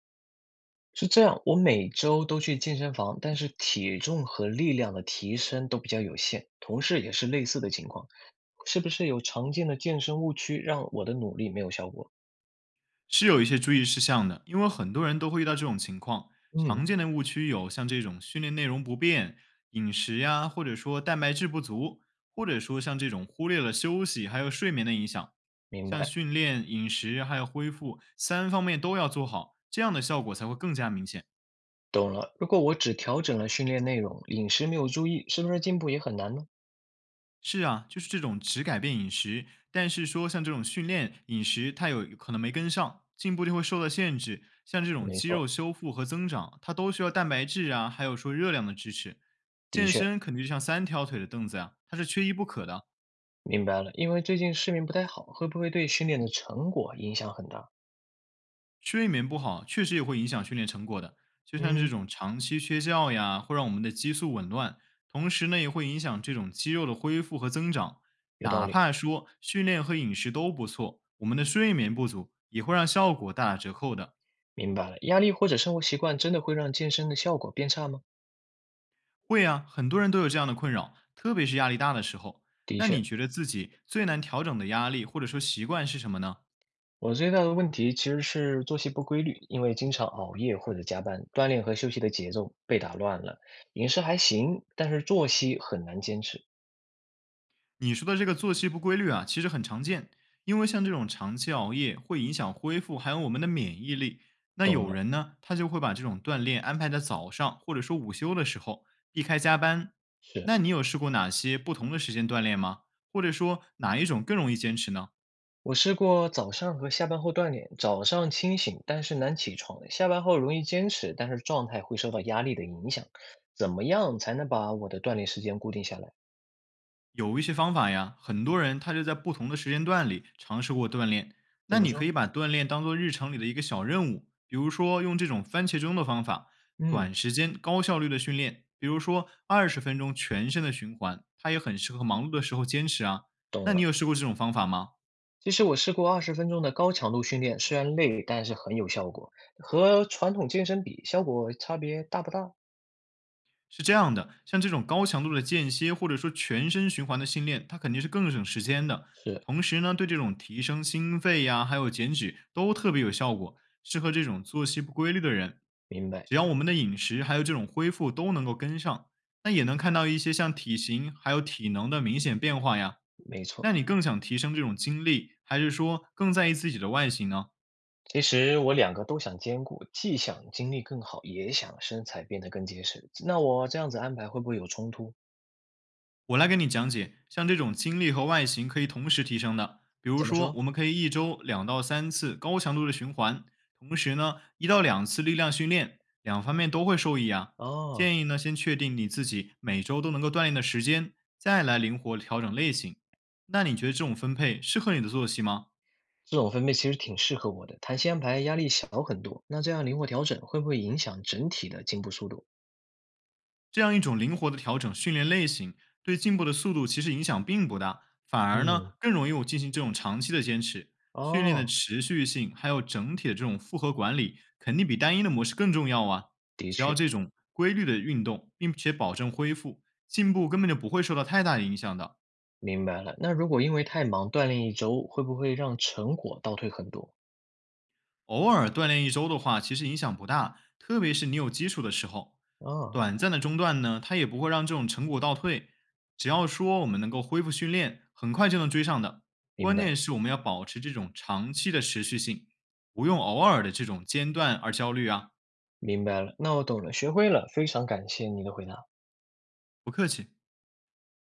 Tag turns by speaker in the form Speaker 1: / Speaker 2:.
Speaker 1: 是这样，我每周都去健身房，但是体重和力量的提升都比较有限。同事也是类似的情况，是不是有常见的健身误区让我的努力没有效果？
Speaker 2: 是有一些注意事项的，因为很多人都会遇到这种情况。
Speaker 1: 嗯，
Speaker 2: 常见的误区有像这种训练内容不变、饮食呀，或者说蛋白质不足，或者说像这种忽略了休息还有睡眠的影响。
Speaker 1: 明
Speaker 2: 像
Speaker 1: 白，
Speaker 2: 训练、饮食还有恢复三方面都要做好，这样的效果才会更加明显。
Speaker 1: 懂了。如果我只调整了训练内容，饮食没有注意，是不是进步也很难呢？
Speaker 2: 是啊，就是这种只改变饮食，但是说像这种训练饮食，它有可能没跟上，进步就会受到限制。像这种
Speaker 1: 没
Speaker 2: 肌肉
Speaker 1: 错，
Speaker 2: 修复和增长，它都需要蛋白质啊，还有说热量的支持。
Speaker 1: 的
Speaker 2: 健
Speaker 1: 确，
Speaker 2: 身肯定就像三条腿的凳子啊，它是缺一不可的。
Speaker 1: 明白了。因为最近睡眠不太好，会不会对训练的成果影响很大？
Speaker 2: 睡眠不好确实也会影响训练成果的，就像这
Speaker 1: 嗯，
Speaker 2: 种长期缺觉呀，会让我们的激素紊乱，同时呢也会影响这种肌肉的恢复和增长。
Speaker 1: 有道
Speaker 2: 哪
Speaker 1: 理，
Speaker 2: 怕说训练和饮食都不错，我们的睡眠不足也会让效果大打折扣的。
Speaker 1: 明白了。压力或者生活习惯真的会让健身的效果变差吗？
Speaker 2: 会啊，很多人都有这样的困扰，特别是压力大的时候。
Speaker 1: 的
Speaker 2: 那
Speaker 1: 确。
Speaker 2: 你觉得自己最难调整的压力或者说习惯是什么呢？
Speaker 1: 我最大的问题其实是作息不规律，因为经常熬夜或者加班，锻炼和休息的节奏被打乱了。饮食还行，但是作息很难坚持。
Speaker 2: 你说的这个作息不规律啊，其实很常见，因为像这种长期熬夜会影响恢复，还有我们的免疫力。那
Speaker 1: 懂
Speaker 2: 有
Speaker 1: 了，
Speaker 2: 人呢，他就会把这种锻炼安排在早上，或者说午休的时候，避开加班。
Speaker 1: 是
Speaker 2: 那你有试过哪些不同的时间锻炼吗？或者说哪一种更容易坚持呢？
Speaker 1: 我试过早上和下班后锻炼，早上清醒，但是难起床；下班后容易坚持，但是状态会受到压力的影响。怎么样才能把我的锻炼时间固定下来？
Speaker 2: 有一些方法呀，很多人他就在不同的时间段里尝试过锻炼。
Speaker 1: 怎
Speaker 2: 那
Speaker 1: 么
Speaker 2: 你可以
Speaker 1: 说？
Speaker 2: 把锻炼当做日常里的一个小任务，比如说用这种番茄钟的方法，短
Speaker 1: 嗯，
Speaker 2: 时间高效率的训练，比如说20分钟全身的循环，它也很适合忙碌的时候坚持啊。
Speaker 1: 懂
Speaker 2: 那你
Speaker 1: 了。
Speaker 2: 有试过这种方法吗？
Speaker 1: 其实我试过20分钟的高强度训练，虽然累，但是很有效果。和传统健身比，效果差别大不大？
Speaker 2: 是这样的，像这种高强度的间歇或者说全身循环的训练，它肯定是更省时间的。
Speaker 1: 是，
Speaker 2: 同时呢，对这种提升心肺呀，还有减脂都特别有效果，适合这种作息不规律的人。
Speaker 1: 明白，
Speaker 2: 只要我们的饮食还有这种恢复都能够跟上，那也能看到一些像体型还有体能的明显变化呀。
Speaker 1: 没
Speaker 2: 那
Speaker 1: 错。
Speaker 2: 你更想提升这种精力，还是说更在意自己的外形呢？
Speaker 1: 其实我两个都想兼顾，既想精力更好，也想身材变得更结实。那我这样子安排会不会有冲突？
Speaker 2: 我来给你讲解，像这种精力和外形可以同时提升的，比如
Speaker 1: 怎么
Speaker 2: 说，
Speaker 1: 说？
Speaker 2: 我们可以一周2到3次高强度的循环，同时呢，1到2次力量训练，两方面都会受益啊。
Speaker 1: 哦，
Speaker 2: 建议呢，先确定你自己每周都能够锻炼的时间，再来灵活调整类型。那你觉得这种分配适合你的作息吗？
Speaker 1: 这种分配其实挺适合我的，弹性安排压力小很多。那这样灵活调整会不会影响整体的进步速度？
Speaker 2: 这样一种灵活的调整训练类型，对进步的速度其实影响并不大，反而呢
Speaker 1: 嗯，
Speaker 2: 更容易我进行这种长期的坚持。训练的
Speaker 1: 哦，
Speaker 2: 持续性，还有整体的这种复合管理，肯定比单一的模式更重要啊！
Speaker 1: 的
Speaker 2: 只要
Speaker 1: 确。
Speaker 2: 这种规律的运动，并且保证恢复，进步根本就不会受到太大的影响的。
Speaker 1: 明白了，那如果因为太忙锻炼一周，会不会让成果倒退很多？
Speaker 2: 偶尔锻炼一周的话，其实影响不大，特别是你有基础的时候，
Speaker 1: 啊，
Speaker 2: 短暂的中断呢，它也不会让这种成果倒退。只要说我们能够恢复训练，很快就能追上的。
Speaker 1: 明
Speaker 2: 关
Speaker 1: 白，
Speaker 2: 键是我们要保持这种长期的持续性，不用偶尔的这种间断而焦虑啊。
Speaker 1: 明白了，那我懂了，学会了，非常感谢你的回答。
Speaker 2: 不客气。